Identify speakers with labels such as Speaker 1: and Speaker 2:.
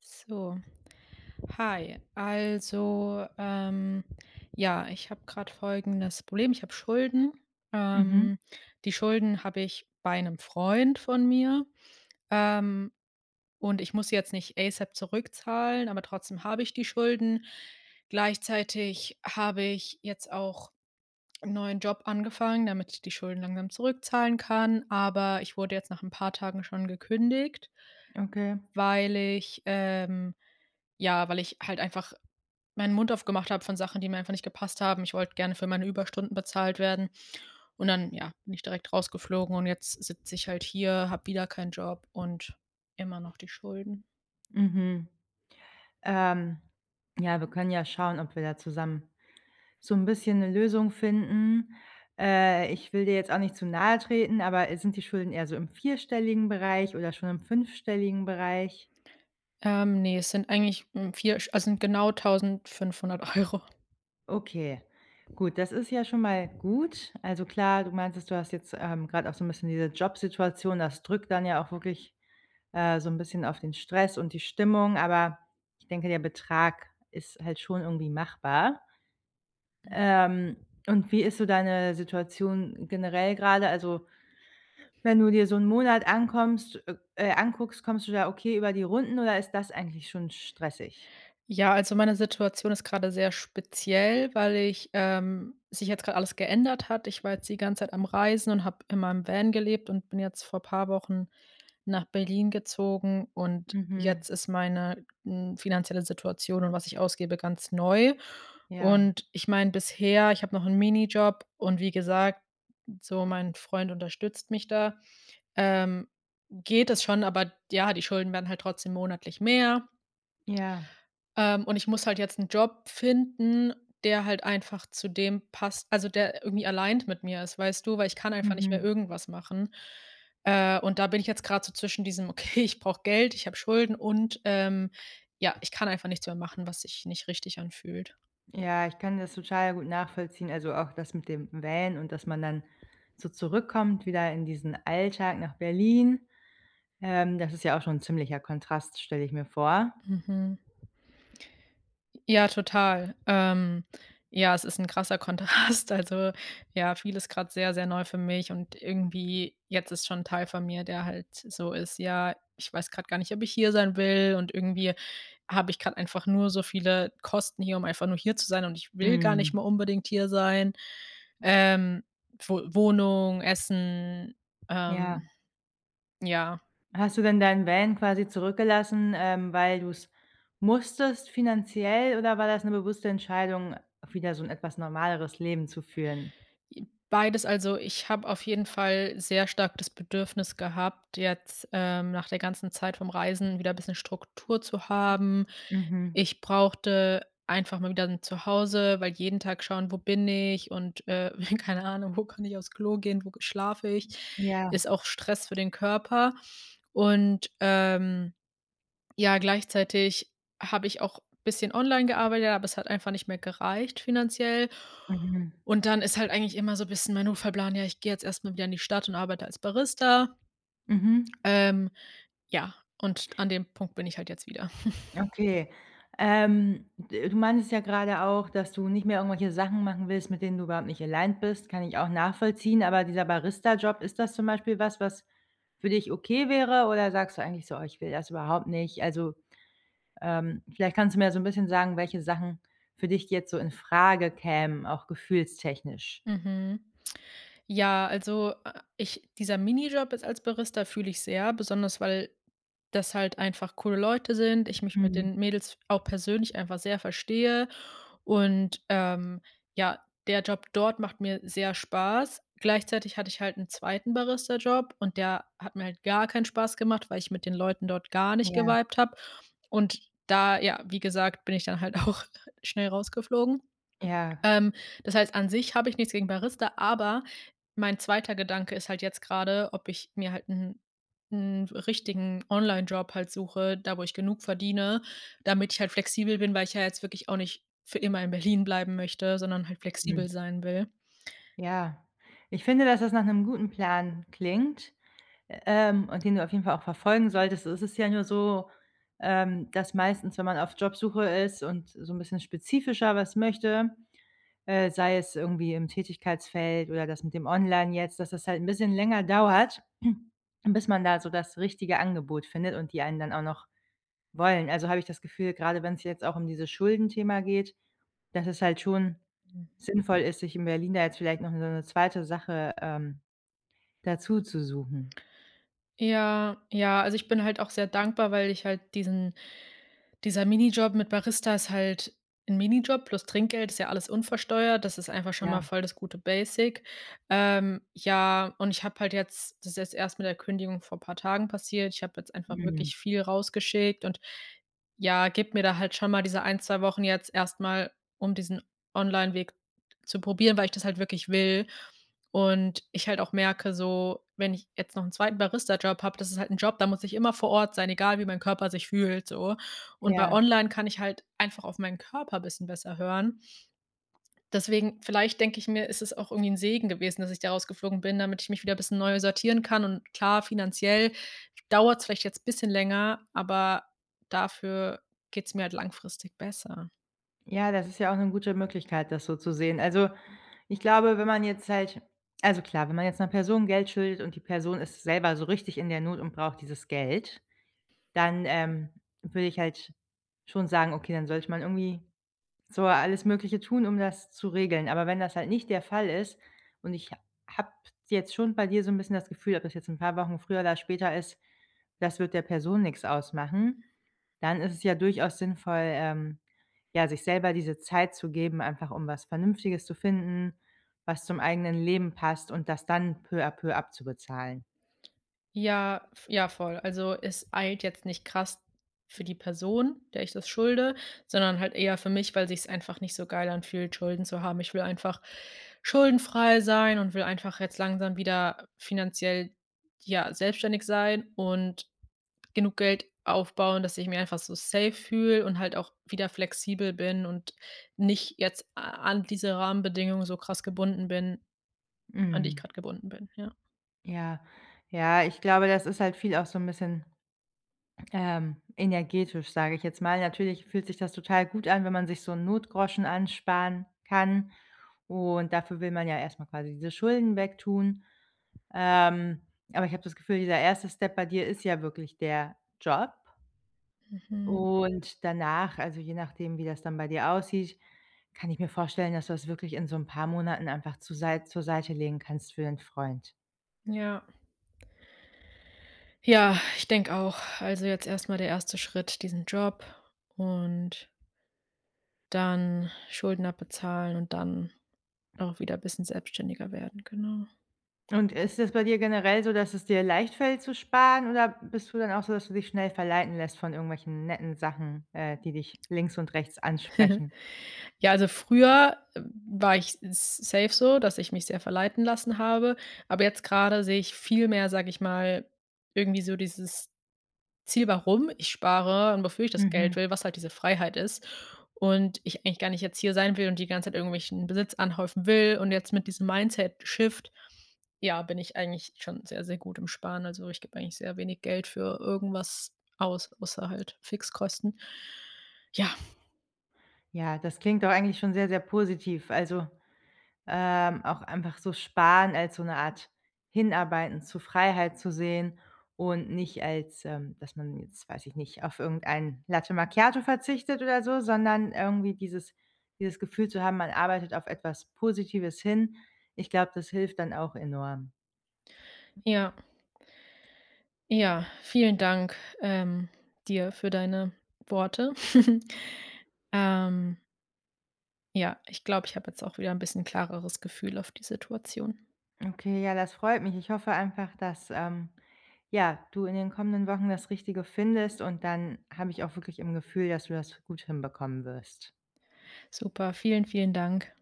Speaker 1: So, hi. Ja, ich habe gerade folgendes Problem. Ich habe Schulden.
Speaker 2: Mhm,
Speaker 1: Ähm, Die Schulden habe ich bei einem Freund von mir. Ähm, und ich muss sie jetzt nicht ASAP zurückzahlen, aber trotzdem habe ich die Schulden. Gleichzeitig habe ich jetzt auch einen neuen Job angefangen, damit ich die Schulden langsam zurückzahlen kann. Aber ich wurde jetzt nach ein paar Tagen schon gekündigt,
Speaker 2: okay.
Speaker 1: weil weil ich halt einfach meinen Mund aufgemacht habe von Sachen, die mir einfach nicht gepasst haben. Ich wollte gerne für meine Überstunden bezahlt werden und dann, ja, bin ich direkt rausgeflogen und jetzt sitze ich halt hier, habe wieder keinen Job und immer noch die Schulden.
Speaker 2: Mhm. Ähm, ja, wir können ja schauen, ob wir da zusammen so ein bisschen 'ne Lösung finden. Ich will dir jetzt auch nicht zu nahe treten, aber, sind die Schulden eher so im vierstelligen Bereich oder schon im fünfstelligen Bereich?
Speaker 1: Ne, es sind eigentlich, hm, 4 also sind genau 1.500 €.
Speaker 2: Okay, gut, das ist ja schon mal gut. Also klar, du meintest, du hast jetzt, grad auch so 'n bisschen diese Jobsituation, das drückt dann ja auch wirklich, so 'n bisschen auf den Stress und die Stimmung, aber ich denke, der Betrag ist halt schon irgendwie machbar. Ähm, und wie ist so deine Situation generell gerade? Also, wenn du dir so einen Monat ankommst anguckst, kommst du da okay über die Runden oder ist das eigentlich schon stressig?
Speaker 1: Ja, also meine Situation ist gerade sehr speziell, weil ich sich jetzt gerade alles geändert hat. Ich war jetzt die ganze Zeit am Reisen und habe in meinem Van gelebt und bin jetzt vor paar Wochen nach Berlin gezogen und
Speaker 2: Mhm.
Speaker 1: jetzt ist meine finanzielle Situation und was ich ausgebe, ganz neu.
Speaker 2: Ja,
Speaker 1: Und ich meine, bisher ich habe noch einen Minijob und wie gesagt, so mein Freund unterstützt mich da, ähm, geht es schon, aber ja, die Schulden werden halt trotzdem monatlich mehr.
Speaker 2: ja.
Speaker 1: Und ich muss halt jetzt einen Job finden, der halt einfach zu dem passt, also der irgendwie aligned mit mir ist, weißt du? Weil ich kann einfach nicht mehr
Speaker 2: Mhm.
Speaker 1: irgendwas machen. Und da bin ich jetzt gerade so zwischen diesem: „Okay, ich brauche Geld, ich habe Schulden und ja, ich kann einfach nichts mehr machen, was sich nicht richtig anfühlt.“
Speaker 2: Ja, ich kann das total gut nachvollziehen. Also, auch das mit dem Van und dass man dann so zurückkommt wieder in diesen Alltag nach Berlin. Das ist ja auch schon ein ziemlicher Kontrast, stelle ich mir vor.
Speaker 1: Mhm. Ja, total. Ja, es ist ein krasser Kontrast. Also, ja, vieles gerade sehr, sehr neu für mich und irgendwie jetzt ist schon 'n Teil von mir, der halt so ist: „Ja, ich weiß gerade gar nicht, ob ich hier sein will und irgendwie habe ich gerade einfach nur so viele Kosten hier, um einfach nur hier zu sein und ich will gar nicht
Speaker 2: Mhm.
Speaker 1: mehr unbedingt hier sein.“ Ähm, Wo Wohnung, Essen, ähm,
Speaker 2: Ja.
Speaker 1: ja.
Speaker 2: Hast du denn deinen Van quasi zurückgelassen, weil du es musstest finanziell oder war das eine bewusste Entscheidung, wieder so ein etwas normaleres Leben zu führen?
Speaker 1: Beides. Also, ich habe auf jeden Fall sehr stark das Bedürfnis gehabt, jetzt, nach der ganzen Zeit vom Reisen wieder ein bisschen Struktur zu haben.
Speaker 2: Mhm.
Speaker 1: Ich brauchte einfach mal wieder 'n Zuhause, weil jeden Tag schauen: „Wo bin ich?“ und, keine Ahnung, wo kann ich aufs Klo gehen, wo schlafe ich, ist
Speaker 2: Ja.
Speaker 1: auch Stress für den Körper und ja, gleichzeitig habe ich auch ein bisschen online gearbeitet, aber es hat einfach nicht mehr gereicht finanziell.
Speaker 2: Mhm.
Speaker 1: Und dann ist halt eigentlich immer so ein bisschen mein Notfallplan, ja, ich gehe jetzt erstmal wieder in die Stadt und arbeite als Barista.
Speaker 2: Mhm.
Speaker 1: Ähm, ja, und an dem Punkt bin ich halt jetzt wieder.
Speaker 2: Okay. D du meintest ja gerade auch, dass du nicht mehr irgendwelche Sachen machen willst, mit denen du überhaupt nicht aligned bist, kann ich auch nachvollziehen, aber dieser Barista-Job, ist das zum Beispiel was, was für dich okay wäre oder sagst du eigentlich so: „Oh, ich will das überhaupt nicht?“ Vielleicht kannst du mir so ein bisschen sagen, welche Sachen für dich jetzt so in Frage kämen, auch gefühlstechnisch?
Speaker 1: Mhm. Ja, also, ich dieser Minijob jetzt als Barista fühle ich sehr, besonders weil das halt einfach coole Leute sind, ich mich mit
Speaker 2: Mhm,
Speaker 1: den Mädels auch persönlich einfach sehr verstehe. Und, ähm, ja, der Job dort macht mir sehr Spaß. Gleichzeitig hatte ich halt einen zweiten Barista-Job und der hat mir halt gar keinen Spaß gemacht, weil ich mit den Leuten dort gar nicht
Speaker 2: ja.
Speaker 1: gewibed habe. Und da, ja, wie gesagt, bin ich dann halt auch schnell rausgeflogen.
Speaker 2: Ja.
Speaker 1: Ähm, Das heißt, an sich habe ich nichts gegen Barista, aber mein zweiter Gedanke ist halt jetzt gerade, ob ich mir halt einen 'n richtigen job halt suche, da wo ich genug verdiene, damit ich halt flexibel bin, weil ich ja jetzt wirklich auch nicht für immer in Berlin bleiben möchte, sondern halt
Speaker 2: Mhm.
Speaker 1: flexibel sein will.
Speaker 2: Ja. Ich finde, dass das nach einem guten Plan klingt. Und den du auf jeden Fall auch verfolgen solltest. Es ist ja nur so, dass meistens, wenn man auf Jobsuche ist und so ein bisschen spezifischer was möchte, sei es irgendwie im Tätigkeitsfeld oder das mit dem Online jetzt, dass das halt ein bisschen länger dauert, bis man da so das richtige Angebot findet und die einen dann auch noch wollen. Also, habe ich das Gefühl, gerade wenn es jetzt auch um dieses Schuldenthema geht, dass es halt schon sinnvoll ist, sich in Berlin da jetzt vielleicht noch so 'ne zweite Sache, dazu zu suchen.
Speaker 1: Ja, ja, also, ich bin halt auch sehr dankbar, weil ich halt diesen Dieser Minijob mit Barista ist halt ein Minijob plus Trinkgeld, ist ja alles unversteuert. Das ist einfach schon
Speaker 2: Ja,
Speaker 1: mal voll das gute Basic. Ja, und ich habe halt jetzt das ist jetzt erst mit der Kündigung vor ein paar Tagen passiert. Ich habe jetzt einfach
Speaker 2: mhm.
Speaker 1: wirklich viel rausgeschickt und, ja, gib mir da halt schon mal diese ein 2 Wochen jetzt erstmal, um diesen Online-Weg zu probieren, weil ich das halt wirklich will. Und ich halt auch merke so, wenn ich jetzt noch einen zweiten Barista-Job habe, das ist halt ein Job, da muss ich immer vor Ort sein, egal wie mein Körper sich fühlt so. Und bei
Speaker 2: Ja,
Speaker 1: online kann ich halt einfach auf meinen Körper bisschen besser hören. Deswegen, vielleicht denke ich mir, ist es auch irgendwie 'n Segen gewesen, dass ich da rausgeflogen bin, damit ich mich wieder bisschen neu sortieren kann. Und klar, finanziell dauert's vielleicht jetzt bisschen länger, aber dafür geht's mir halt langfristig besser.
Speaker 2: ja, das ist ja auch eine gute Möglichkeit, das so zu sehen. Also, ich glaube, wenn man jetzt halt, also klar, wenn man jetzt einer Person Geld schuldet und die Person ist selber so richtig in der Not und braucht dieses Geld, dann, würde ich halt schon sagen: „Okay, dann sollte man irgendwie so alles Mögliche tun, um das zu regeln. Aber wenn das halt nicht der Fall ist und ich habe jetzt schon bei dir so 'n bisschen das Gefühl, ob das jetzt 'n paar Wochen früher oder später ist, das wird der Person nix ausmachen, dann ist es ja durchaus sinnvoll, ja, sich selber diese Zeit zu geben, einfach um was Vernünftiges zu finden, was zum eigenen Leben passt und das dann peu à peu abzubezahlen.
Speaker 1: Ja voll. Also, es eilt jetzt nicht krass für die Person, der ich das schulde, sondern halt eher für mich, weil sich es einfach nicht so geil anfühlt, Schulden zu haben. Ich will einfach schuldenfrei sein und will einfach jetzt langsam wieder finanziell, ja, selbstständig sein und genug Geld aufbauen, dass ich mich einfach so safe fühle und halt auch wieder flexibel bin und nicht jetzt a an diese Rahmenbedingungen so krass gebunden bin, an die ich
Speaker 2: Mhm.
Speaker 1: gerade gebunden bin, ja.
Speaker 2: Ja. Ja, ich glaube, das ist halt viel auch so 'n bisschen energetisch, sage ich jetzt mal. Natürlich fühlt sich das total gut an, wenn man sich so 'n Notgroschen ansparen kann und dafür will man ja erst mal quasi diese Schulden wegtun. Ähm, aber ich habe das Gefühl, dieser erste Step bei dir ist ja wirklich der Job
Speaker 1: Mhm.
Speaker 2: und danach, also je nachdem, wie das dann bei dir aussieht, kann ich mir vorstellen, dass du das wirklich in so 'n paar Monaten einfach zur Seite legen kannst für 'nen Freund.
Speaker 1: Ja. Ja, ich denke auch. Also, jetzt erstmal der erste Schritt, diesen Job und dann Schulden abbezahlen und dann auch wieder ein bisschen selbstständiger werden, genau.
Speaker 2: Und ist das bei dir generell so, dass es dir leicht fällt zu sparen oder bist du dann auch so, dass du dich schnell verleiten lässt von irgendwelchen netten Sachen, die dich links und rechts ansprechen?
Speaker 1: Ja, also früher war ich s safe so, dass ich mich sehr verleiten lassen habe, aber jetzt gerade sehe ich viel mehr, sage ich mal, irgendwie so dieses Ziel, warum ich spare und wofür ich das
Speaker 2: Mhm.
Speaker 1: Geld will, was halt diese Freiheit ist und ich eigentlich gar nicht jetzt hier sein will und die ganze Zeit irgendwelchen Besitz anhäufen will und jetzt mit diesem Mindset-Shift. Ja, bin ich eigentlich schon sehr, sehr gut im Sparen. Also, ich gebe eigentlich sehr wenig Geld für irgendwas aus, außer halt Fixkosten. Ja,
Speaker 2: Ja, das klingt doch eigentlich schon sehr, sehr positiv. Auch einfach so Sparen als so eine Art Hinarbeiten zu Freiheit zu sehen und nicht als, dass man jetzt, weiß ich nicht, auf irgendein Latte Macchiato verzichtet oder so, sondern irgendwie dieses Gefühl zu haben, man arbeitet auf etwas Positives hin. Ich glaube, das hilft dann auch enorm.
Speaker 1: ja, ja, vielen Dank, dir für deine Worte. Ähm, ja, ich glaube, ich habe jetzt auch wieder ein bisschen klareres Gefühl auf die Situation.
Speaker 2: Okay, ja, das freut mich. Ich hoffe einfach, dass, ja, du in den kommenden Wochen das Richtige findest und dann habe ich auch wirklich im Gefühl, dass du das gut hinbekommen wirst.
Speaker 1: Super, vielen, vielen Dank.